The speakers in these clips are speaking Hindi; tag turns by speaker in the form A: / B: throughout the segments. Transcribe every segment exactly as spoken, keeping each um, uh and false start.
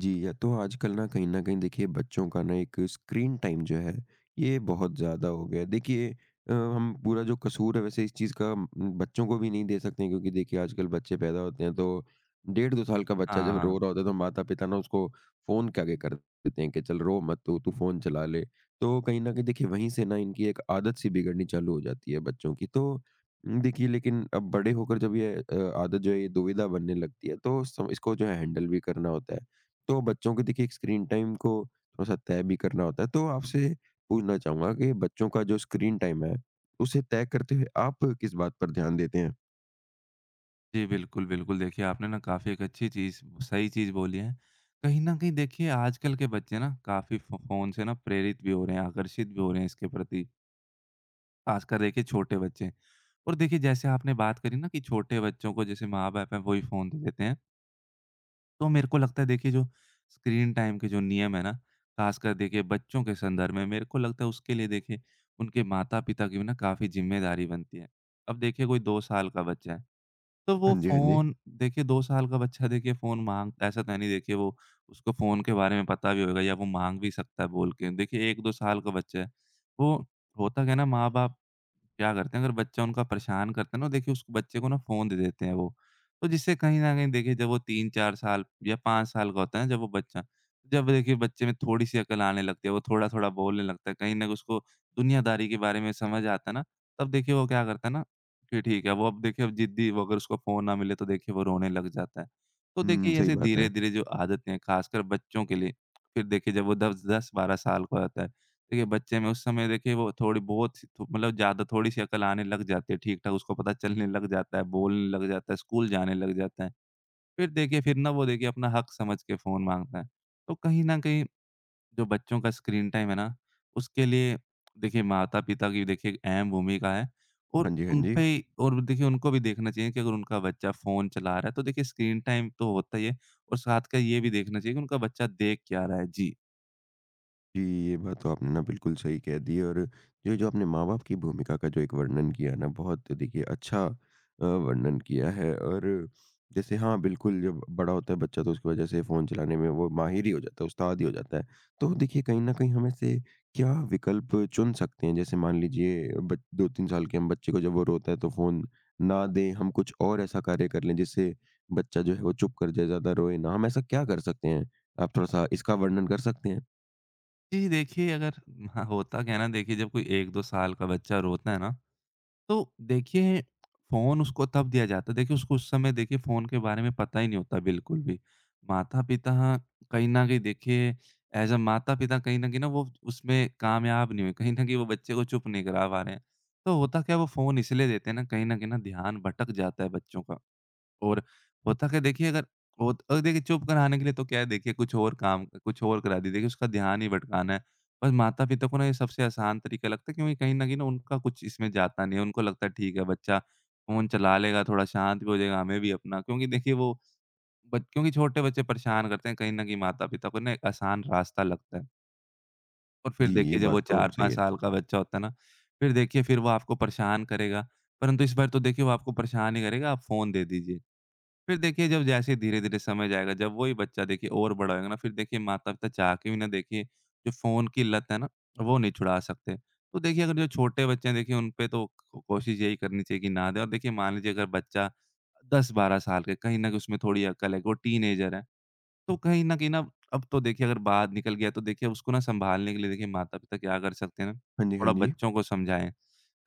A: जी, या तो आजकल ना कहीं न कहीं देखिए बच्चों का ना एक स्क्रीन टाइम जो है, ये बहुत ज़्यादा हो गया है। देखिए अ, हम पूरा जो कसूर है वैसे इस चीज़ का उम, बच्चों को भी नहीं दे सकते हैं क्योंकि देखिए आजकल बच्चे पैदा होते हैं तो डेढ़ दो साल का बच्चा जब
B: हाँ।
A: रो रहा होता है तो माता-पिता ना उसको फ़ोन के आगे कर देते हैं कि चल रो मत तू, तू फ़ोन चला ले। तो कहीं न कहीं देखिए वहीं से ना इनकी एक आदत सी बिगड़नी चालू हो जाती है बच्चों की। तो उम, देखिए लेकिन अब बड़े होकर जब ये अ, आदत जो है ये दुविधा बनने लगती है तो सम इसको जो है हैंडल भी करना होता है। तो बच्चों के देखिए एक स्क्रीन टाइम को थोड़ा-सा तय भी करना होता है। तो आपसे पूछना चाहूँगा कि बच्चों का जो स्क्रीन टाइम है, उसे तय करते हुए आप किस बात पर ध्यान देते हैं?
B: जी, बिल्कुल, बिल्कुल। देखिए, आपने ना काफ़ी एक अच्छी चीज़ सही चीज़ बोली है। कहीं न कहीं देखिए आजकल के बच्चे ना काफ़ी फ़ो फ़ोन से ना प्रेरित भी हो रहे हैं, आकर्षित भी हो रहे हैं इसके प्रति, ख़ासकर देखिए छोटे बच्चे। और देखिए जैसे आपने बात करी ना कि छोटे बच्चों को जैसे माँ-बाप हैं वही फ़ोन दे देते हैं। तो मेरे को लगता है देखिए जो स्क्रीन टाइम के जो नियम है ना, ख़ासकर देखिए बच्चों के संदर्भ में मेरे को लगता है उसके लिए देखिए उनके माता-पिता की भी ना काफ़ी ज़िम्मेदारी बनती है। अब देखिए कोई दो साल का बच्चा है। तो वो
A: हाँ जी, हाँ जी।
B: फ़ोन देखिए दो साल का बच्चा देखिए फ़ोन माँग ऐसा तो है नहीं देखिए वो उसको फ़ोन के बारे में पता भी होगा या वो माँग भी सकता है बोल के। देखिए एक दो साल का बच्चा है। वो होता क्या है ना माँ-बाप क्या करते हैं अगर बच्चा उनका परेशान करता है ना, देखिए उस बच्चे को ना फ़ोन दे देते हैं वो। तो जिससे कहीं न कहीं देखिए जब वो तीन चार साल या पाँच साल का होता है ना, जब वो बच्चा, जब देखिए बच्चे में थोड़ी-सी अकल आने लगती है, वो थोड़ा-थोड़ा बोलने लगता है, कहीं न कहीं उसको दुनियादारी के बारे में समझ आता है ना, तब देखिए वो क्या करता है ना कि ठीक है, वो अब देखिए अब ज़िद्दी, वो अगर उसको फ़ोन ना मिले तो देखिए वो रोने लग जाता है। तो देखिए
A: हुँ,
B: ये
A: सही
B: ऐसे
A: बात है।
B: धीरे-धीरे जो आदतें हैं, ख़ासकर बच्चों के लिए, फिर देखिए जब वो दस 10-12 साल का हो जाता है, देखिए बच्चे में उस समय देखिए वो थोड़ी बहुत सी थो- मतलब ज़्यादा थोड़ी-सी अकल आने लग जाती है, ठीक-ठाक उसको पता चलने लग जाता है, बोलने लग जाता है, स्कूल जाने लग जाता है। फिर देखिए फिर ना वो देखिए अपना हक़ समझ के फ़ोन माँगता है। तो कहीं न कहीं जो बच्चों का स्क्रीन टाइम है ना, उसके लिए देखिए माता-पिता की देखिए अहम भूमिका है और
A: हाँ जी, हाँ
B: उन
A: जी।
B: पे, और देखिए उनको भी देखना चाहिए कि अगर उनका बच्चा फ़ोन चला रहा है, तो देखिए स्क्रीन टाइम तो होता ही है और साथ का ये भी देखना चाहिए कि उनका बच्चा देख क्या रहा है? जी।
A: जी, ये बात तो आपने ना बिल्कुल सही कह दी और जो जो आपने माँ-बाप की भूमिका का जो एक वर्णन किया ना, बहुत देखिए अच्छा अ, वर्णन किया है और जैसे हाँ, बिल्कुल जब बड़ा होता है बच्चा तो उसकी वजह से फ़ोन चलाने में वो माहिर ही हो जाता है, उस्ताद ही हो जाता है। तो देखिए कहीं न कहीं हम ऐसे क्या विकल्प चुन सकते हैं? जैसे मान लीजिए बच दो तीन साल के हम बच्चे को जब वो रोता है तो फ़ोन ना दें, हम कुछ और ऐसा कार्य कर लें जिससे बच्चा जो है वो चुप कर जाए, ज़्यादा रोए ना। हम ऐसा क्या कर सकते हैं? आप थोड़ा-सा इसका वर्णन कर सकते हैं?
B: जी, देखिए अगर, हाँ, होता क्या है ना देखिए जब कोई एक दो साल का बच्चा रोता है ना, तो देखिए, फ़ोन उसको तब दिया जाता है, देखिए उसको उस समय देखिए फ़ोन के बारे में पता ही नहीं होता बिल्कुल भी। माता-पिता कहीं न कहीं देखिए एज़ अ माता-पिता कहीं न कहीं ना वो उसमें कामयाब नहीं हुए, कहीं न कहीं वो बच्चे को चुप नहीं करा पा रहे हैं। तो होता क्या है, वो फ़ोन इसलिए देते हैं ना, कहीं न कहीं ना ध्यान भटक जाता है बच्चों का। और होता क्या है, देखिए अगर वो, और देखिए चुप कराने के लिए तो क्या है, देखिए कुछ और काम कुछ और करा दीजिए, देखिए उसका ध्यान ही भटकाना है। बस माता-पिता को ना ये सबसे आसान तरीका लगता है क्योंकि कहीं न कहीं ना उनका कुछ इसमें जाता नहीं है, उनको लगता है ठीक है बच्चा फ़ोन चला लेगा, थोड़ा शांत भी हो जाएगा, हमें भी अपना, क्योंकि देखिए वो बच क्योंकि छोटे बच्चे परेशान करते हैं, कहीं न कहीं माता-पिता को ना एक आसान रास्ता लगता है। और फिर
A: जी,
B: देखिए
A: ये
B: जब
A: बात
B: वो
A: तो सही
B: चार पाँच
A: है।
B: साल का बच्चा होता है ना, फिर देखिए फिर वो आपको परेशान करेगा, परंतु इस बार तो देखिए वो आपको परेशान ही करेगा, आप फ़ोन दे दीजिए। फिर देखिए जब जैसे धीरे-धीरे समय जाएगा, जब वही बच्चा देखिए और बड़ा होएगा ना, फिर देखिए माता-पिता चाह के भी ना देखिए, जो फ़ोन की लत है ना, वो नहीं छुड़ा सकते। तो देखिए अगर जो छोटे बच्चे हैं, देखिए उन पे तो को कोशिश यही करनी चाहिए कि ना दें, और देखिए मान लीजिए अगर बच्चा दस बारह साल का है, कहीं न कहीं उसमें थोड़ी अकल है, वो टीनेजर है। तो कहीं न कहीं ना, अब तो देखिए अगर बाहर निकल गया तो देखिए उसको ना सँभालने के लिए देखिए माता-पिता क्या कर सकते हैं ना,
A: हाँ जी, हाँ
B: थोड़ा
A: जी।
B: बच्चों को समझाएँ।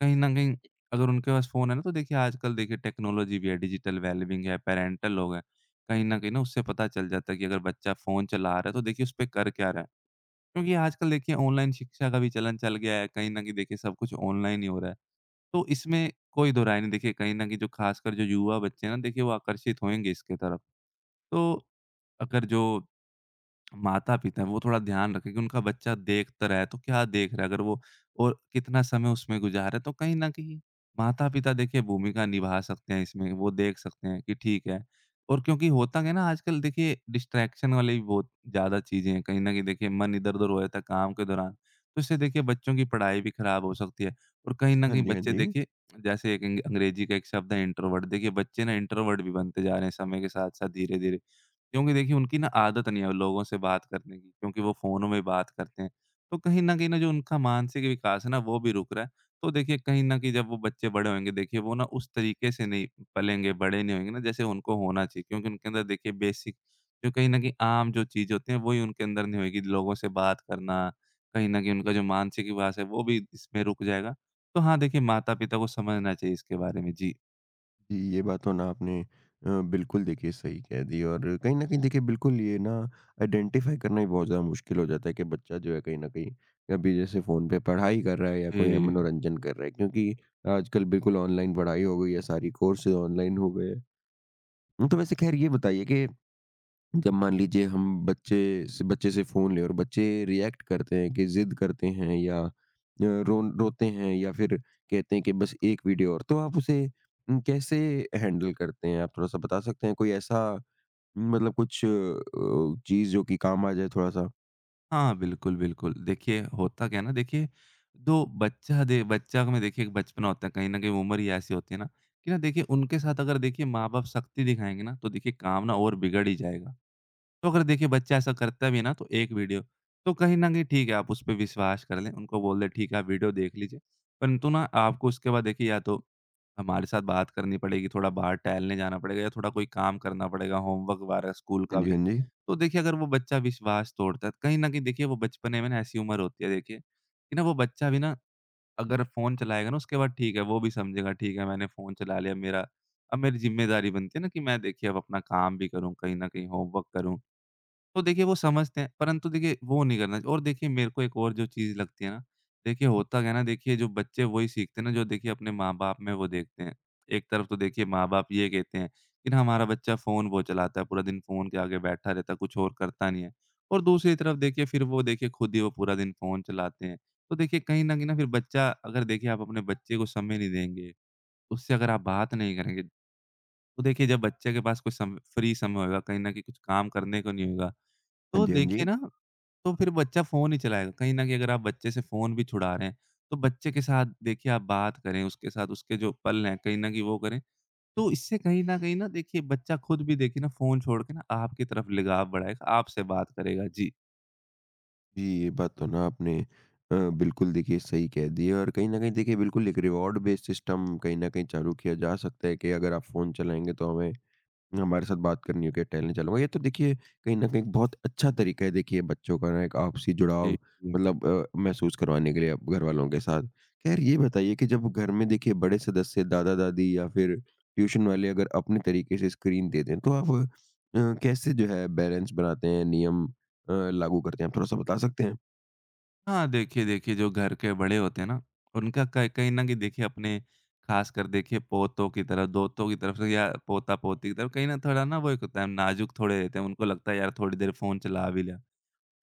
B: कहीं न कहीं अगर उनके पास फ़ोन है ना, तो देखिए आजकल देखिए टेक्नोलॉजी भी है, डिजिटल वेलबीइंग है, पैरेंटल हो गए। कहीं न कहीं ना उससे पता चल जाता है कि अगर बच्चा फ़ोन चला रहा है तो देखिए उस पे कर क्या रहा है। क्योंकि आजकल देखिए ऑनलाइन शिक्षा का भी चलन चल गया है, कहीं न कहीं देखिए सब कुछ ऑनलाइन ही हो रहा है। तो इसमें कोई दो राय नहीं, देखिए कहीं न कहीं जो ख़ासकर जो युवा बच्चे हैं ना, देखिए वो आकर्षित होंगे इसके तरफ। तो अगर जो माता-पिता हैं, वो थोड़ा ध्यान रखें कि उनका बच्चा देखता रहे, तो क्या देख रहा है अगर वो, और कितना समय उसमें गुज़ार रहा है। तो कहीं न कहीं माता-पिता देखिए भूमिका निभा सकते हैं इसमें, वो देख सकते हैं कि ठीक है। और क्योंकि होता क्या है ना, आजकल देखिए डिस्ट्रैक्शन वाली भी बहुत ज़्यादा चीज़ें हैं, कहीं न कहीं देखिए मन इधर-उधर हो जाता है काम के दौरान, तो इससे देखिए बच्चों की पढ़ाई भी ख़राब हो सकती है। और कहीं न
A: हाँ
B: कहीं
A: जी, हाँ
B: बच्चे
A: जी।
B: देखिए, जैसे एक अंग अंग्रेजी का एक शब्द है इंट्रोवर्ट, देखिए बच्चे ना इंट्रोवर्ट भी बनते जा रहे हैं समय के साथ-साथ धीरे-धीरे। क्योंकि देखिए उनकी ना आदत नहीं है लोगों से बात करने की क्योंकि वो फ़ोनों में बात करते हैं। तो कहीं न कहीं ना जो उनका मानसिक विकास है ना, वो भी रुक रहा है। तो देखिए कहीं न कहीं जब वो बच्चे बड़े होंगे, देखिए वो ना उस तरीके से नहीं पलेंगे, बड़े नहीं होंगे ना जैसे उनको होना चाहिए, क्योंकि उनके अंदर देखिए बेसिक जो कहीं न कहीं आम जो चीज़ होती है वही उनके अंदर नहीं होएगी। लोगों से बात करना, कहीं न कहीं उनका जो मानसिक विकास है वो भी इसमें रुक जाएगा। तो हाँ, देखिए माता-पिता को समझना चाहिए इसके बारे में। जी।
A: जी, ये बात तो ना आपने अ, बिल्कुल देखिए सही कह दी और कहीं न कहीं देखिए बिल्कुल ये ना आइडेंटिफ़ाई करना भी बहुत ज़्यादा मुश्किल हो जाता है कि बच्चा जो है कहीं न कहीं अभी जैसे फ़ोन पे पढ़ाई कर रहा है या कोई
B: जी।
A: मनोरंजन कर रहा है क्योंकि आजकल बिल्कुल ऑनलाइन पढ़ाई हो गई है, सारी कोर्सेज़ ऑनलाइन हो गए हैं। तो वैसे ख़ैर ये बताइए कि जब मान लीजिए हम बच्चे से बच्चे से फ़ोन लें और बच्चे रिएक्ट करते हैं कि ज़िद करते हैं या अ, रो रोते हैं या फिर कहते हैं कि बस एक वीडियो और, तो आप उसे उम, कैसे हैंडल करते हैं? आप थोड़ा-सा बता सकते हैं? कोई ऐसा न, मतलब कुछ अ, चीज़ जो कि काम आ जाए थोड़ा-सा?
B: हाँ, बिल्कुल, बिल्कुल। देखिए, होता क्या है ना देखिए, जो बच्चा दे बच्चा में देखिए एक बचपना होता है, कहीं न कहीं उम्र ही ऐसी होती है ना, कि ना देखिए उनके साथ अगर देखिए माँ-बाप सख्ती दिखाएँगे ना, तो देखिए काम ना और बिगड़ ही जाएगा। तो अगर देखिए बच्चा ऐसा करता भी है ना तो एक वीडियो, तो कहीं न कहीं ठीक है, आप उस पे विश्वास कर लें, उनको बोल दें ठीक है आप वीडियो देख लीजिए। परंतु ना आपको उसके बाद देखिए या तो हमारे साथ बात करनी पड़ेगी, थोड़ा बाहर टहलने जाना पड़ेगा या थोड़ा कोई काम करना पड़ेगा, होमवर्क वगैरह स्कूल
A: हाँ
B: का
A: जी,
B: भी।
A: हाँ जी।
B: तो देखिए अगर वो बच्चा विश्वास तोड़ता है, कहीं न कहीं देखिए वो बचपने में ना ऐसी उम्र होती है देखिए, कि ना वो बच्चा भी ना अगर फ़ोन चलाएगा ना, उसके बाद ठीक है वो भी समझेगा ठीक है मैंने फ़ोन चला लिया, मेरा अब मेरी ज़िम्मेदारी बनती है ना कि मैं देखिए अब अपना काम भी करूँ, कहीं न कहीं होमवर्क करूँ। तो देखिए वो समझते हैं, परंतु देखिए वो नहीं करना चाहिए। और देखिए मेरे को एक और जो चीज़ लगती है ना, देखिए होता क्या है ना देखिए जो बच्चे वही सीखते हैं ना जो देखिए अपने माँ-बाप में वो देखते हैं। एक तरफ तो देखिए माँ-बाप ये कहते हैं कि ना हमारा बच्चा फ़ोन बहुत चलाता है, पूरा दिन फ़ोन के आगे बैठा रहता है, कुछ और करता नहीं है। और दूसरी तरफ देखिए फिर वो देखिए खुद ही वो पूरा दिन फ़ोन चलाते हैं। तो देखिए कहीं न कहीं ना फिर बच्चा, अगर देखिए आप अपने बच्चे को समय नहीं देंगे, उससे अगर आप बात नहीं करेंगे, तो देखिए जब बच्चे के पास कोई सम फ्री समय होगा, कहीं न कहीं कुछ काम करने को नहीं होगा,
A: हाँ
B: तो
A: जी, हाँ
B: देखिए
A: जी।
B: ना, तो फिर बच्चा फ़ोन ही चलाएगा। कहीं न कहीं अगर आप बच्चे से फ़ोन भी छुड़ा रहे हैं, तो बच्चे के साथ देखिए आप बात करें, उसके साथ उसके जो पल हैं, कहीं न कहीं वो करें। तो इससे कहीं न कहीं ना देखिए बच्चा खुद भी देखिए ना फ़ोन छोड़ के ना आपकी तरफ लगाव बढ़ाएगा, आपसे बात करेगा। जी।
A: जी, ये बात तो ना आपने अ, बिल्कुल देखिए सही कह दी है और कहीं न कहीं देखिए बिल्कुल एक रिवॉर्ड बेस्ड सिस्टम कहीं न कहीं चालू किया जा सकता है कि अगर आप फ़ोन चलाएँगे तो हमें हमारे साथ बात करनी हो, क्या टहलने चलूँगा। ये तो देखिए कहीं न कहीं बहुत अच्छा तरीका है देखिए बच्चों का ना एक आपसी जुड़ाव
B: जी, जी।
A: मतलब अ, महसूस करवाने के लिए अब घरवालों के साथ। खैर ये बताइए कि जब घर में देखिए बड़े सदस्य दादा-दादी या फिर ट्यूशन वाले अगर अपने तरीके से स्क्रीन दे दें तो आप अ, कैसे जो है बैलेंस बनाते हैं, नियम अ, लागू करते हैं? आप थोड़ा-सा बता सकते हैं?
B: हाँ, देखिए, देखिए जो घर के बड़े होते हैं ना, उनका कहीं कहीं न कहीं देखिए अपने ख़ासकर देखिए पोतों की तरफ, दोतों की तरफ से या पोता-पोती की तरफ कहीं न, थोड़ा ना वो एक होता है, नाज़ुक थोड़े रहते हैं। उनको लगता है यार थोड़ी देर फ़ोन चला भी लिया।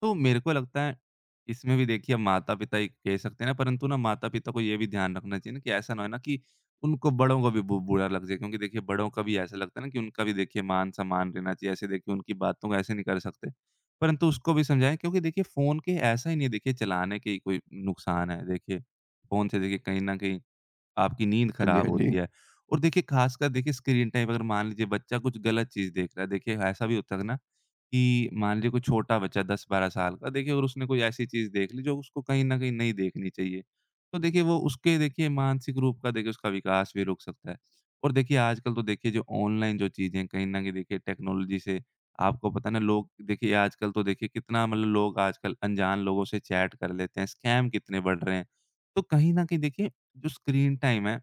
B: तो मेरे को लगता है, इसमें भी देखिए माता-पिता ही कह सकते हैं ना, परंतु ना माता-पिता को ये भी ध्यान रखना चाहिए ना कि ऐसा ना हो ना कि उनको बड़ों को भी बु बुरा लग जाए। क्योंकि देखिए बड़ों का भी ऐसा लगता है ना कि उनका भी देखिए मान-सम्मान रहना चाहिए। ऐसे देखिए उनकी बातों को ऐसे नहीं कर सकते। परंतु उसको भी समझाएँ क्योंकि देखिए फ़ोन के ऐसा ही नहीं है देखिए चलाने के ही कोई नुकसान है। देखिए फ़ोन से देखिए कहीं न कहीं आपकी नींद
A: हाँ जी,
B: खराब
A: हाँ
B: होती
A: जी।
B: है। और देखिए ख़ासकर देखिए स्क्रीन टाइम, अगर मान लीजिए बच्चा कुछ गलत चीज़ देख रहा है, देखिए ऐसा भी होता है ना कि मान लीजिए कोई छोटा बच्चा दस बारह साल का देखिए, और उसने कोई ऐसी चीज़ देख ली जो उसको कहीं न कहीं नहीं देखनी चाहिए। तो देखिए वो उसके देखिए मानसिक रूप का देखिए उसका विकास भी रुक सकता है। और देखिए आजकल तो देखिए जो ऑनलाइन जो चीज़ें हैं कहीं न कहीं देखिए टेक्नोलॉज़ी से आपको पता है ना, लोग देखिए आजकल तो देखिए कितना मतलब, लोग आजकल अनजान लोगों से चैट कर लेते हैं, स्कैम कितने बढ़ रहे हैं। तो कहीं न कहीं देखिए जो स्क्रीन टाइम है,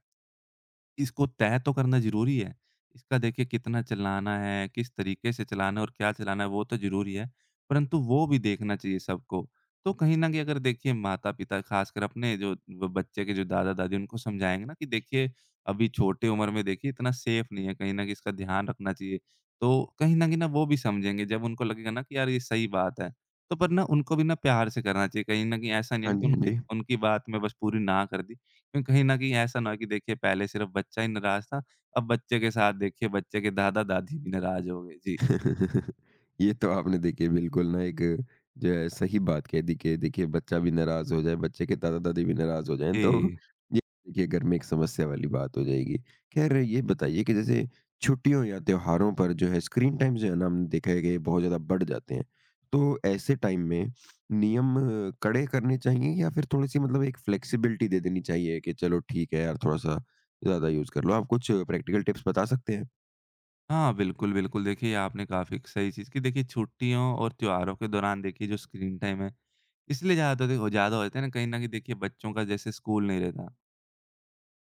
B: इसको तय तो करना ज़रूरी है। इसका देखिए कितना चलाना है, किस तरीके से चलाना है और क्या चलाना है, वो तो ज़रूरी है, परंतु वो भी देखना चाहिए सबको। तो कहीं न कहीं अगर देखिए माता-पिता खासकर अपने जो ब बच्चे के जो दादा-दादी उनको समझाएँगे ना कि देखिए अभी छोटे उम्र में देखिए इतना सेफ नहीं है, कहीं न कहीं इसका ध्यान रखना चाहिए। तो कहीं न कहीं ना वो भी समझेंगे जब उनको लगेगा ना कि यार ये सही बात है। तो पर ना उनको भी ना प्यार से करना चाहिए, कहीं न कहीं ऐसा नहीं है
A: हाँ
B: ना कि
A: जी, हाँ
B: उनकी
A: जी।
B: उनकी बात मैं बस पूरी ना कर दी। क्योंकि कहीं न कहीं ऐसा ना हो कि देखिए पहले सिर्फ़ बच्चा ही नाराज़ था, अब बच्चे के साथ देखिए बच्चे के दादा-दादी भी नाराज़ हो गए। जी।
A: ये तो आपने देखिए बिल्कुल ना एक जो है सही बात कह दी कि देखिए बच्चा भी नाराज हो जाए बच्चे के दादा दादी भी नाराज हो जाएं तो
B: जी।
A: ये देखिए घर में एक समस्या वाली बात हो जाएगी। खैर ये बताइए कि जैसे छुट्टियों या त्योहारों पर जो है स्क्रीन टाइम जो है ना हमने देखा है कि ये बहुत ज्यादा बढ़ जाते हैं। तो ऐसे टाइम में नियम अ, कड़े करने चाहिए या फिर थोड़ी सी मतलब एक फ्लेक्सिबिलिटी दे देनी चाहिए कि चलो ठीक है यार थोड़ा सा ज्यादा यूज कर लो। आप कुछ प्रैक्टिकल टिप्स बता सकते हैं?
B: हाँ, बिल्कुल, बिल्कुल। देखिए ये आपने काफ़ी सही चीज़ की। देखिए छुट्टियों और त्योहारों के दौरान देखिए जो स्क्रीन टाइम है, इसलिए ज़्यादा हो ज़्यादा हो जाता है ना, कहीं न कहीं देखिए बच्चों का जैसे स्कूल नहीं रहता।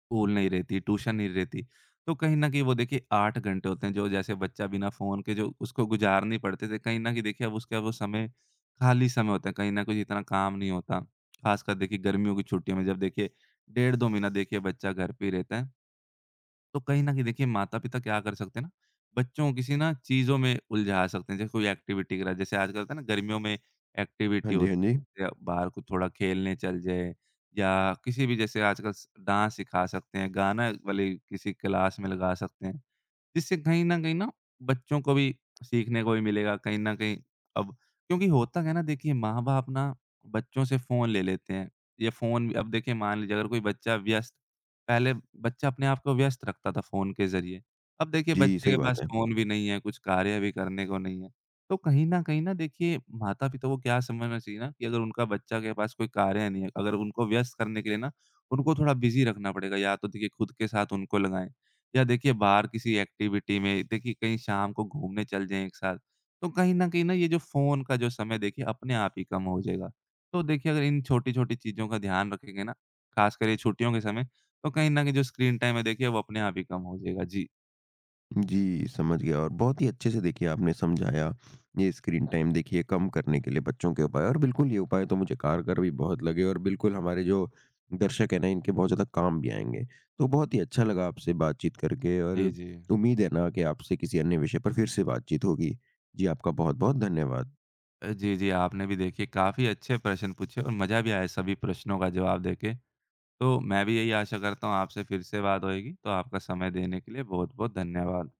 B: स्कूल नहीं रहती, ट्यूशन नहीं रहती। तो कहीं न कहीं वो देखिए आठ घंटे होते हैं जो जैसे बच्चा बिना फ़ोन के जो उसको गुज़ारने पड़ते थे, कहीं न कहीं देखिए अब उसका वो समय खाली समय होता है, कहीं न कहीं इतना काम नहीं होता। ख़ासकर देखिए गर्मियों की छुट्टियों में जब देखिए डेढ़ दो महीना देखिए बच्चा घर पे ही रहता है, तो कहीं न कहीं देखिए माता-पिता क्या कर सकते हैं ना, बच्चों को किसी ना चीज़ों में उलझा सकते हैं। जैसे कोई एक्टिविटी करा, जैसे आजकल होता है ना गर्मियों में एक्टिविटी
A: हाँ जी, हाँ जी।
B: होती है, बाहर को थोड़ा खेलने चल जाए, या किसी भी जैसे आजकल स डांस सिखा सकते हैं, गाना वाली किसी क्लास में लगा सकते हैं। जिससे कहीं न कहीं ना बच्चों को भी सीखने को भी मिलेगा कहीं न कहीं। अब क्योंकि होता क्या है ना, देखिए माँ-बाप ना बच्चों से फ़ोन ले लेते हैं। ये फ़ोन, अब देखिए मान लीजिए अगर कोई बच्चा व्यस्त, पहले बच्चा अपने आप को व्यस्त रखता था फ़ोन के ज़रिए। अब देखिए
A: जी,
B: बच्चे
A: सही
B: के पास
A: बात है।
B: फ़ोन भी नहीं है, कुछ कार्य भी करने को नहीं है। तो कहीं न कहीं ना देखिए माता-पिता को क्या समझना चाहिए ना कि अगर उनका बच्चा के पास कोई कार्य नहीं है, अगर उनको व्यस्त करने के लिए ना उनको थोड़ा बिज़ी रखना पड़ेगा, या तो देखिए खुद के साथ उनको लगाएँ। या देखिए बाहर किसी एक्टिविटी में देखिए कहीं शाम को घूमने चल जाएँ एक साथ, तो कहीं न कहीं ना ये जो फ़ोन का जो समय देखिए अपने आप ही कम हो जाएगा। तो देखिए अगर इन छोटी-छोटी चीज़ों का ध्यान रखेंगे ना, ख़ासकर ये छुट्टियों के समय, तो कहीं न कहीं जो स्क्रीन टाइम है देखिए वो अपने आप ही कम हो जाएगा। जी।
A: जी, समझ गया और बहुत ही अच्छे से देखिए आपने समझाया, ये स्क्रीन टाइम देखिए कम करने के लिए बच्चों के उपाय और बिल्कुल ये उपाय तो मुझे कारगर भी बहुत लगे और बिल्कुल हमारे जो दर्शक हैं ना, इनके बहुत ज़्यादा काम भी आएँगे। तो बहुत ही अच्छा लगा आपसे बातचीत करके और
B: जी, जी।
A: उम्मीद है ना कि आपसे किसी अन्य विषय पर फिर से बातचीत होगी। जी, आपका बहुत-बहुत धन्यवाद।
B: अ, जी, जी, आपने भी देखिए काफ़ी अच्छे प्रश्न पूछे और मज़ा भी आया सभी प्रश्नों का जवाब देके। तो मैं भी यही आशा करता हूँ आपसे फिर से बात होएगी, तो आपका समय देने के लिए बहुत-बहुत धन्यवाद।